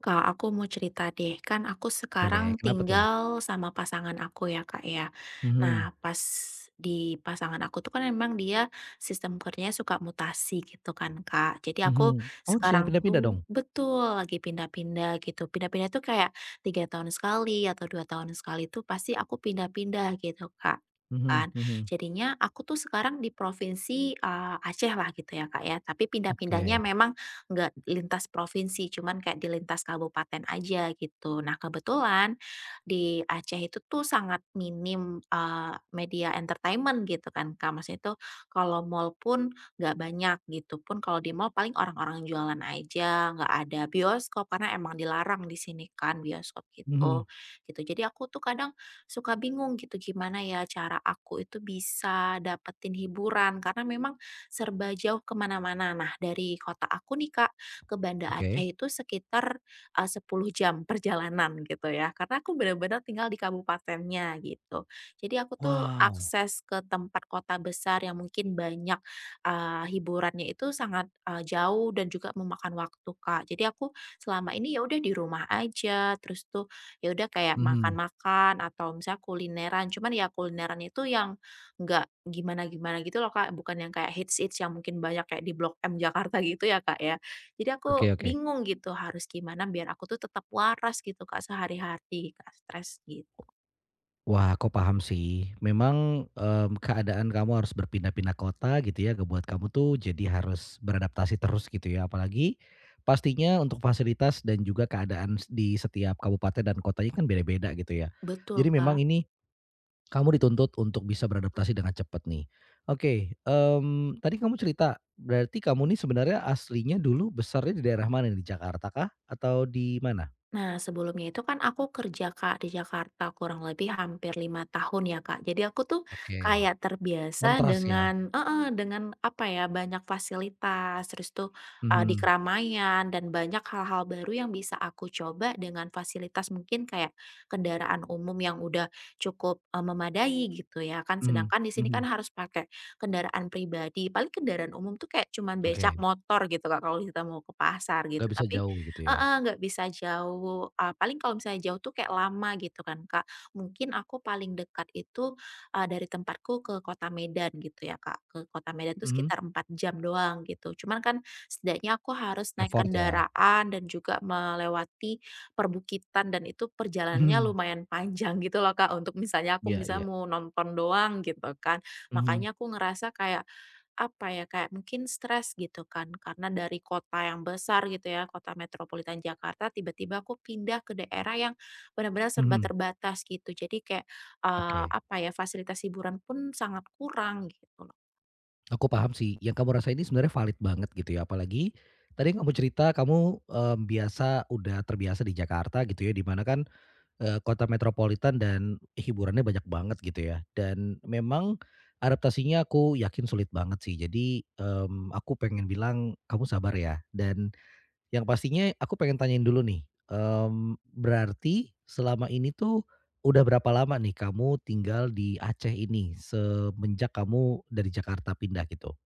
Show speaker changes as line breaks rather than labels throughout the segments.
Kak, aku mau cerita deh. Kan aku
Boleh,
sekarang
kenapa tuh?
tinggal sama pasangan aku ya, Kak ya.
Mhm,
Nah, pas di pasangan aku tuh kan memang dia sistem kerjanya suka mutasi gitu kan, Kak. Jadi
mhm.
aku
Oh, sering
sekarang
pindah-pindah
tuh
dong?
betul lagi pindah-pindah gitu. Pindah-pindah tuh kayak 3 tahun sekali atau 2 tahun sekali tuh pasti aku pindah-pindah gitu, Kak.
Mhm,
Kan.
mhm.
Jadinya aku tuh sekarang di provinsi, Aceh lah gitu ya, Kak ya. Tapi
Oke,
pindah-pindahnya memang nggak lintas provinsi, cuman kayak di lintas kabupaten aja gitu. Nah, kebetulan di Aceh itu tuh sangat minim, media entertainment gitu kan, Kak. Maksudnya itu kalau mall pun nggak banyak gitu, pun kalau di mall paling orang-orang jualan aja, nggak ada bioskop karena emang dilarang di sini kan bioskop gitu,
mhm,
gitu. Jadi aku tuh kadang suka bingung gitu, gimana ya cara aku itu bisa dapetin hiburan karena memang serba jauh kemana mana. Nah, dari kota aku nih Kak, ke Banda Aceh
oke.
itu sekitar, 10 jam perjalanan gitu ya, karena aku benar-benar tinggal di kabupatennya gitu. Jadi aku tuh
Wow,
akses ke tempat kota besar yang mungkin banyak, hiburannya itu sangat, jauh dan juga memakan waktu Kak. Jadi aku selama ini ya udah di rumah aja, terus tuh ya udah kayak
mhm,
makan-makan atau misalnya kulineran, cuman ya kulineran itu yang nggak gimana-gimana gitu loh, Kak, bukan yang kayak hits-hits yang mungkin banyak kayak di Blok M Jakarta gitu ya, Kak, ya. Jadi
oke,
aku
oke.
bingung gitu harus gimana biar aku tuh tetap waras gitu, Kak, sehari-hari, kak stres gitu
Wah, aku paham sih. Memang, keadaan kamu harus berpindah-pindah kota gitu ya, ngebuat kamu tuh jadi harus beradaptasi terus gitu ya. Apalagi pastinya untuk fasilitas dan juga keadaan s di setiap kabupaten dan kotanya kan beda-beda gitu ya.
betul,
Jadi memang
Kak.
ini kamu dituntut untuk bisa beradaptasi dengan cepat nih. Oke, tadi kamu cerita berarti kamu nih sebenarnya aslinya dulu besarnya di daerah mana nih? Di Jakarta kah? Atau di mana?
Nah, sebelumnya itu kan aku kerja, Kak, di Jakarta kurang lebih hampir 5 tahun ya, Kak. Jadi aku tuh
Oke,
kayak terbiasa
kontras ya?
dengan apa ya, banyak fasilitas, terus tuh, di
Mhm,
keramaian dan banyak hal-hal baru yang bisa aku coba dengan fasilitas mungkin kayak kendaraan umum yang udah cukup, memadai gitu ya kan.
mhm,
Sedangkan di sini kan
mhm,
harus pakai kendaraan pribadi, paling kendaraan umum tuh kayak cuman becak
oke,
motor gitu, Kak, kalau kita mau ke pasar gitu.
nggak bisa
Tapi.
jauh gitu ya?
Heeh, nggak bisa jauh, paling kalau misalnya jauh tuh kayak lama gitu kan, Kak. Mungkin aku paling dekat itu, dari tempatku ke kota Medan gitu ya, Kak. Ke kota Medan tuh
Mhm,
sekitar 4 jam doang gitu. Cuman kan setidaknya aku harus naik
effort ya?
kendaraan dan juga melewati perbukitan dan itu perjalanannya
Mhm,
lumayan panjang gitu loh, Kak, untuk misalnya aku
iya,
misalnya
iya,
mau nonton doang gitu kan.
mhm,
Makanya aku ngerasa kayak apa ya, kayak mungkin stres gitu kan, karena dari kota yang besar gitu ya, kota metropolitan Jakarta, tiba-tiba aku pindah ke daerah yang benar-benar serba
mhm,
terbatas gitu. Jadi kayak,
oke.
apa ya, fasilitas hiburan pun sangat kurang gitu.
Aku paham sih, yang kamu rasain ini sebenarnya valid banget gitu ya, apalagi tadi yang kamu cerita kamu, biasa udah terbiasa di Jakarta gitu ya, di mana kan kota metropolitan dan hiburannya banyak banget gitu ya, dan memang adaptasinya aku yakin sulit banget sih. Jadi, aku pengen bilang kamu sabar ya, dan yang pastinya aku pengen tanyain dulu nih, berarti selama ini tuh udah berapa lama nih kamu tinggal di Aceh ini semenjak kamu dari Jakarta pindah gitu?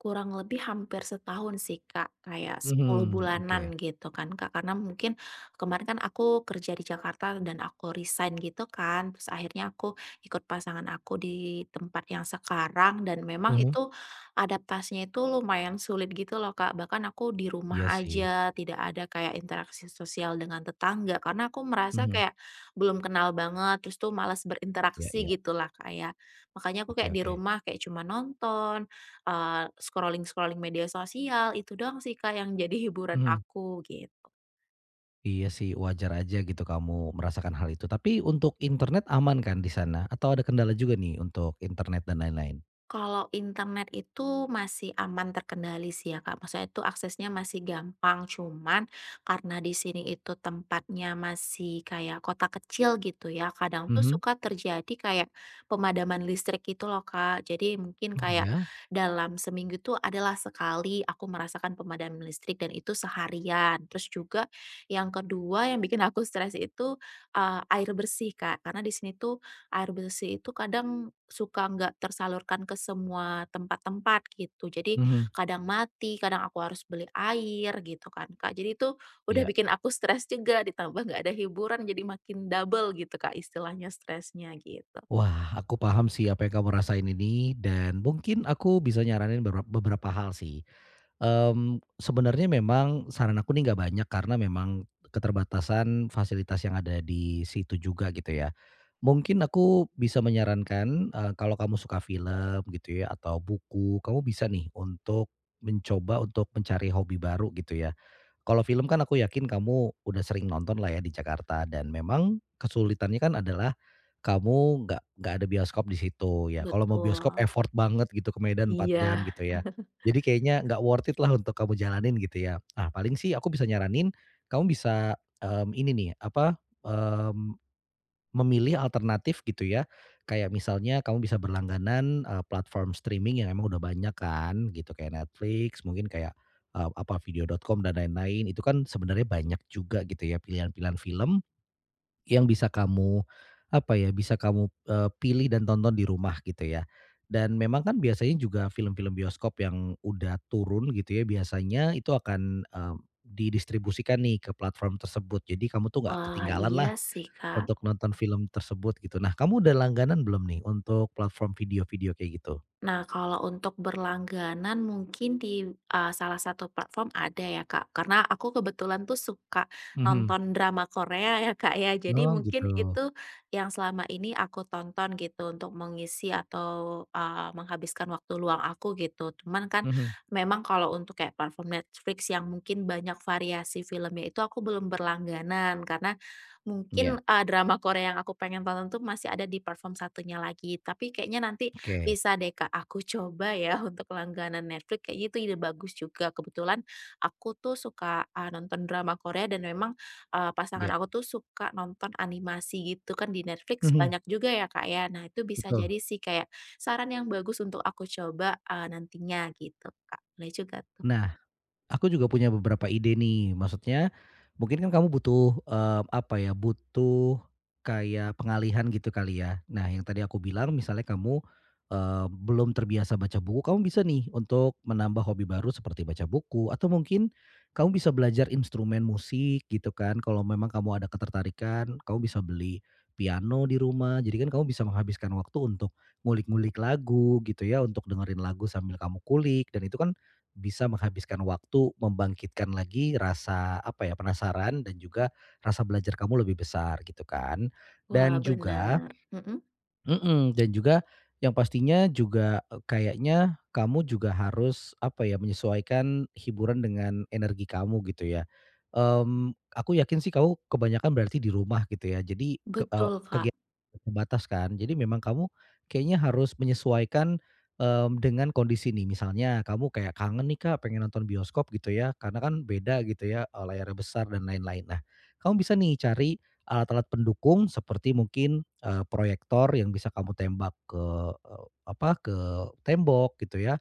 Kurang lebih hampir setahun sih, Kak, kayak 10
Mhm, oke.
bulanan gitu kan, Kak. Karena mungkin kemarin kan aku kerja di Jakarta dan aku resign gitu kan, terus akhirnya aku ikut pasangan aku di tempat yang sekarang dan memang
Mhm,
itu adaptasinya itu lumayan sulit gitu loh, Kak. Bahkan aku di rumah
iya sih.
aja, tidak ada kayak interaksi sosial dengan tetangga karena aku merasa
Mhm,
kayak belum kenal banget, terus tuh malas
iya,
berinteraksi
iya.
gitu lah, Kak, ya. Makanya aku
Oke,
kayak di
oke.
rumah kayak cuma nonton scrolling-scrolling media sosial, itu doang sih Kak yang jadi hiburan
Mhm.
aku, gitu.
Iya sih, wajar aja gitu kamu merasakan hal itu. Tapi untuk internet aman kan di sana? Atau ada kendala juga nih untuk internet dan lain-lain?
Kalau internet itu masih aman terkendali sih ya, Kak. Maksudnya itu aksesnya masih gampang, cuman karena di sini itu tempatnya masih kayak kota kecil gitu ya, kadang tuh
Mhm.
suka terjadi kayak pemadaman listrik gitu loh, Kak. Jadi mungkin
Oh
kayak
ya?
dalam seminggu itu adalah sekali aku merasakan pemadaman listrik dan itu seharian. Terus juga yang kedua yang bikin aku stres itu, air bersih, Kak. Karena di sini tuh air bersih itu kadang suka nggak tersalurkan ke semua tempat-tempat gitu. Jadi
Mhm,
kadang mati, kadang aku harus beli air gitu kan, Kak. Jadi itu udah
iya.
bikin aku stres juga, ditambah nggak ada hiburan jadi makin double gitu, Kak, istilahnya stresnya gitu.
Wah, aku paham sih apa yang kamu rasain ini dan mungkin aku bisa nyaranin bebera beberapa hal sih. Sebenarnya memang saran aku nih nggak banyak karena memang keterbatasan fasilitas yang ada di situ juga gitu ya. Mungkin aku bisa menyarankan, kalau kamu suka film gitu ya atau buku, kamu bisa nih untuk mencoba untuk mencari hobi baru gitu ya. Kalau film kan aku yakin kamu udah sering nonton lah ya di Jakarta dan memang kesulitannya kan adalah kamu nggak ada bioskop di situ ya. Kalau mau bioskop
Betul.
effort banget gitu ke Medan 4 jam
Iya.
gitu ya. Jadi kayaknya nggak worth it lah untuk kamu jalanin gitu ya. Nah paling sih aku bisa nyaranin kamu bisa, ini nih apa, mmm memilih alternatif gitu ya, kayak misalnya kamu bisa berlangganan, platform streaming yang emang udah banyak kan gitu kayak Netflix mungkin kayak, apa Vidio.com dan lain-lain itu kan sebenarnya banyak juga gitu ya pilihan-pilihan film yang bisa kamu apa ya, bisa kamu, pilih dan tonton di rumah gitu ya. Dan memang kan biasanya juga film-film bioskop yang udah turun gitu ya biasanya itu akan, didistribusikan nih ke platform tersebut jadi kamu tuh nggak
Wah,
ketinggalan
iya sih, Kak.
untuk nonton film tersebut gitu. Nah, kamu udah langganan belum nih untuk platform video-video kayak gitu?
Nah, kalau untuk berlangganan mungkin di, salah satu platform ada ya, Kak. Karena aku kebetulan tuh suka
Mhm.
nonton drama Korea ya, Kak, ya. Jadi
Oh,
mungkin
gitu.
itu yang selama ini aku tonton gitu untuk mengisi atau, menghabiskan waktu luang aku gitu. Cuman kan
Mhm.
memang kalau untuk kayak platform Netflix yang mungkin banyak variasi filmnya itu aku belum berlangganan karena mungkin,
Iya.
drama Korea yang aku pengen tonton tuh masih ada di platform satunya lagi. Tapi kayaknya nanti
Oke.
bisa deh Kak, aku coba ya untuk langganan Netflix kayaknya itu ide bagus juga. Kebetulan aku tuh suka, nonton drama Korea dan memang, pasangan
Iya.
aku tuh suka nonton animasi gitu kan di Netflix
Mhm.
banyak juga ya Kak ya. Nah itu bisa
Betul.
jadi sih kayak saran yang bagus untuk aku coba, nantinya gitu Kak. Boleh juga tuh.
Nah, aku juga punya beberapa ide nih, maksudnya mungkin kan kamu butuh, apa ya, butuh kayak pengalihan gitu kali ya. Nah, yang tadi aku bilang misalnya kamu, belum terbiasa baca buku, kamu bisa nih untuk menambah hobi baru seperti baca buku atau mungkin kamu bisa belajar instrumen musik gitu kan, kalau memang kamu ada ketertarikan, kamu bisa beli piano di rumah, jadi kan kamu bisa menghabiskan waktu untuk ngulik-ngulik lagu gitu ya, untuk dengerin lagu sambil kamu kulik dan itu kan bisa menghabiskan waktu, membangkitkan lagi rasa, apa ya, penasaran dan juga rasa belajar kamu lebih besar gitu kan.
Wah
Dan juga
benar. Mhm,
mhm, dan juga yang pastinya juga, kayaknya kamu juga harus, apa ya, menyesuaikan hiburan dengan energi kamu gitu ya. Aku yakin sih kamu kebanyakan berarti di rumah gitu ya. Jadi ke
betul Kak.
kegiatan terbatas kan. Jadi memang kamu kayaknya harus menyesuaikan, dengan kondisi nih. Misalnya kamu kayak kangen nih, Kak, pengen nonton bioskop gitu ya, karena kan beda gitu ya, layarnya besar dan lain-lain. Nah, kamu bisa nih cari alat-alat pendukung seperti mungkin, proyektor yang bisa kamu tembak ke, apa, ke tembok gitu ya,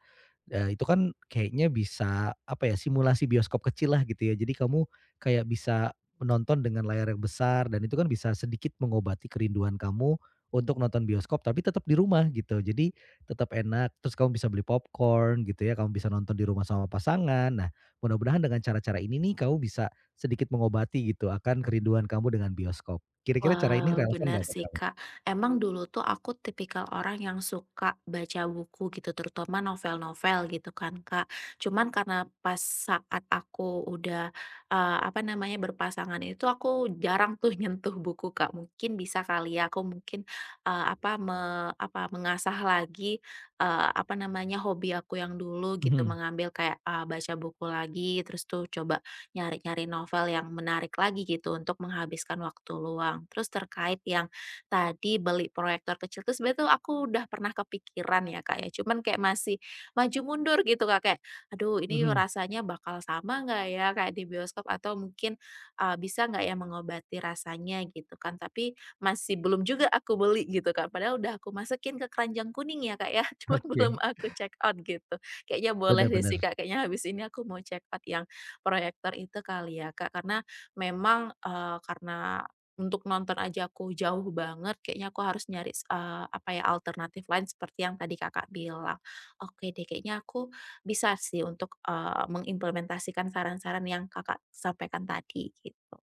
Itu kan kayaknya bisa, apa ya, simulasi bioskop kecil lah gitu ya. Jadi kamu kayak bisa menonton dengan layar yang besar dan itu kan bisa sedikit mengobati kerinduan kamu untuk nonton bioskop tapi tetap di rumah gitu. Jadi tetap enak, terus kamu bisa beli popcorn gitu ya, kamu bisa nonton di rumah sama pasangan. Nah, mudah-mudahan dengan cara-cara ini nih kamu bisa sedikit mengobati gitu akan kerinduan kamu dengan bioskop. Kira-kira cara ini
Wah,
relevan
benar
nggak buat
sih,
kamu?
Kak. Emang dulu tuh aku tipikal orang yang suka baca buku gitu, terutama novel-novel gitu kan, Kak. Cuman karena pas saat aku udah apa namanya berpasangan itu aku jarang tuh nyentuh buku, Kak. Mungkin bisa kali ya aku mungkin eh, apa me- apa mengasah lagi apa namanya hobi aku yang dulu gitu,
Mhm,
mengambil kayak baca buku lagi, terus tuh coba nyari-nyari novel yang menarik lagi gitu untuk menghabiskan waktu luang. Terus terkait yang tadi beli proyektor kecil tuh sebenarnya tuh aku udah pernah kepikiran ya Kak ya, cuman kayak masih maju mundur gitu Kak, kayak, "Aduh ini
mhm.
rasanya bakal sama nggak ya kayak di bioskop atau mungkin, bisa nggak ya mengobati rasanya?" Gitu kan. Tapi masih belum juga aku beli gitu Kak, padahal udah aku masukin ke keranjang kuning ya Kak ya, cuman belum
Oke.
aku check out gitu. Kayaknya boleh
Bener,
deh sih
bener.
Kak, kayaknya habis ini aku mau check out yang proyektor itu kali ya, Kak, karena untuk nonton aja aku jauh banget, kayaknya aku harus nyari apa ya, alternatif lain seperti yang tadi Kakak bilang. Oke deh, kayaknya aku bisa sih untuk, mengimplementasikan saran-saran yang Kakak sampaikan tadi, gitu.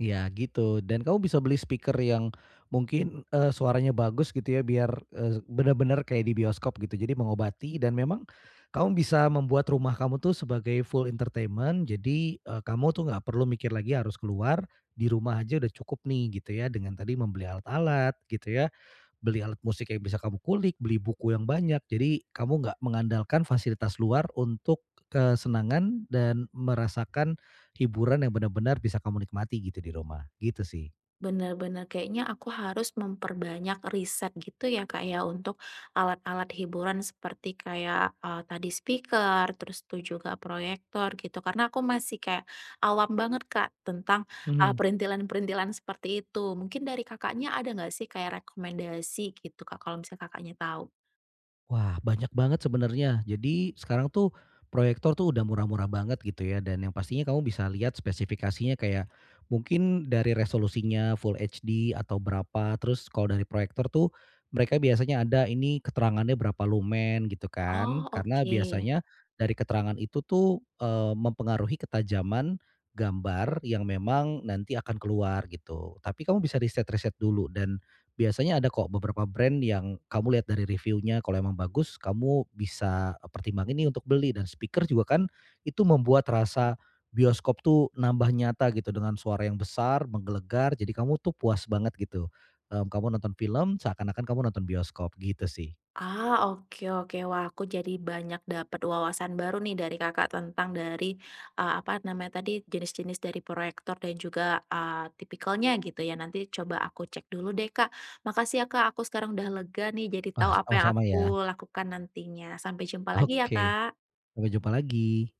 Iya gitu dan kamu bisa beli speaker yang mungkin, suaranya bagus gitu ya biar, benar, bener kayak di bioskop gitu jadi mengobati dan memang kamu bisa membuat rumah kamu tuh sebagai full entertainment jadi, kamu tuh nggak perlu mikir lagi harus keluar, di rumah aja udah cukup nih gitu ya dengan tadi membeli alat-alat gitu ya, beli alat musik yang bisa kamu kulik, beli buku yang banyak, jadi kamu nggak mengandalkan fasilitas luar untuk kesenangan dan merasakan hiburan yang benar-benar bisa kamu nikmati gitu di rumah, gitu sih.
Bener-bener kayaknya aku harus memperbanyak riset gitu ya Kak ya untuk alat-alat hiburan seperti kayak, tadi speaker, terus tuh juga proyektor gitu karena aku masih kayak awam banget Kak tentang,
Mhm.
perintilan-perintilan seperti itu. Mungkin dari Kakaknya ada nggak sih kayak rekomendasi gitu Kak kalau misalnya Kakaknya tahu?
Wah, banyak banget sebenarnya. Jadi sekarang tuh proyektor tuh udah murah-murah banget gitu ya dan yang pastinya kamu bisa lihat spesifikasinya kayak mungkin dari resolusinya Full HD atau berapa, terus kalau dari proyektor tuh mereka biasanya ada ini keterangannya berapa lumen gitu kan.
Oh
Karena
oke.
biasanya dari keterangan itu tuh, mempengaruhi ketajaman gambar yang memang nanti akan keluar gitu. Tapi kamu bisa riset-riset dulu dan biasanya ada kok beberapa brand yang kamu lihat dari reviewnya kalau emang bagus kamu bisa, pertimbang ini untuk beli dan speaker juga kan itu membuat rasa bioskop tuh nambah nyata gitu dengan suara yang besar, menggelegar, jadi kamu tuh puas banget gitu. Kamu nonton film seakan-akan kamu nonton bioskop gitu sih.
Ah, oke oke. Wah, aku jadi banyak dapat wawasan baru nih dari Kakak tentang dari, apa namanya tadi, jenis-jenis dari proyektor dan juga, tipikalnya gitu ya. Nanti coba aku cek dulu deh, Kak. Makasih ya, Kak, aku sekarang udah lega nih jadi tahu
Wah,
apa yang
sama-sama ya.
aku lakukan nantinya. Sampai jumpa lagi ya,
Oke,
Kak.
sampai jumpa lagi.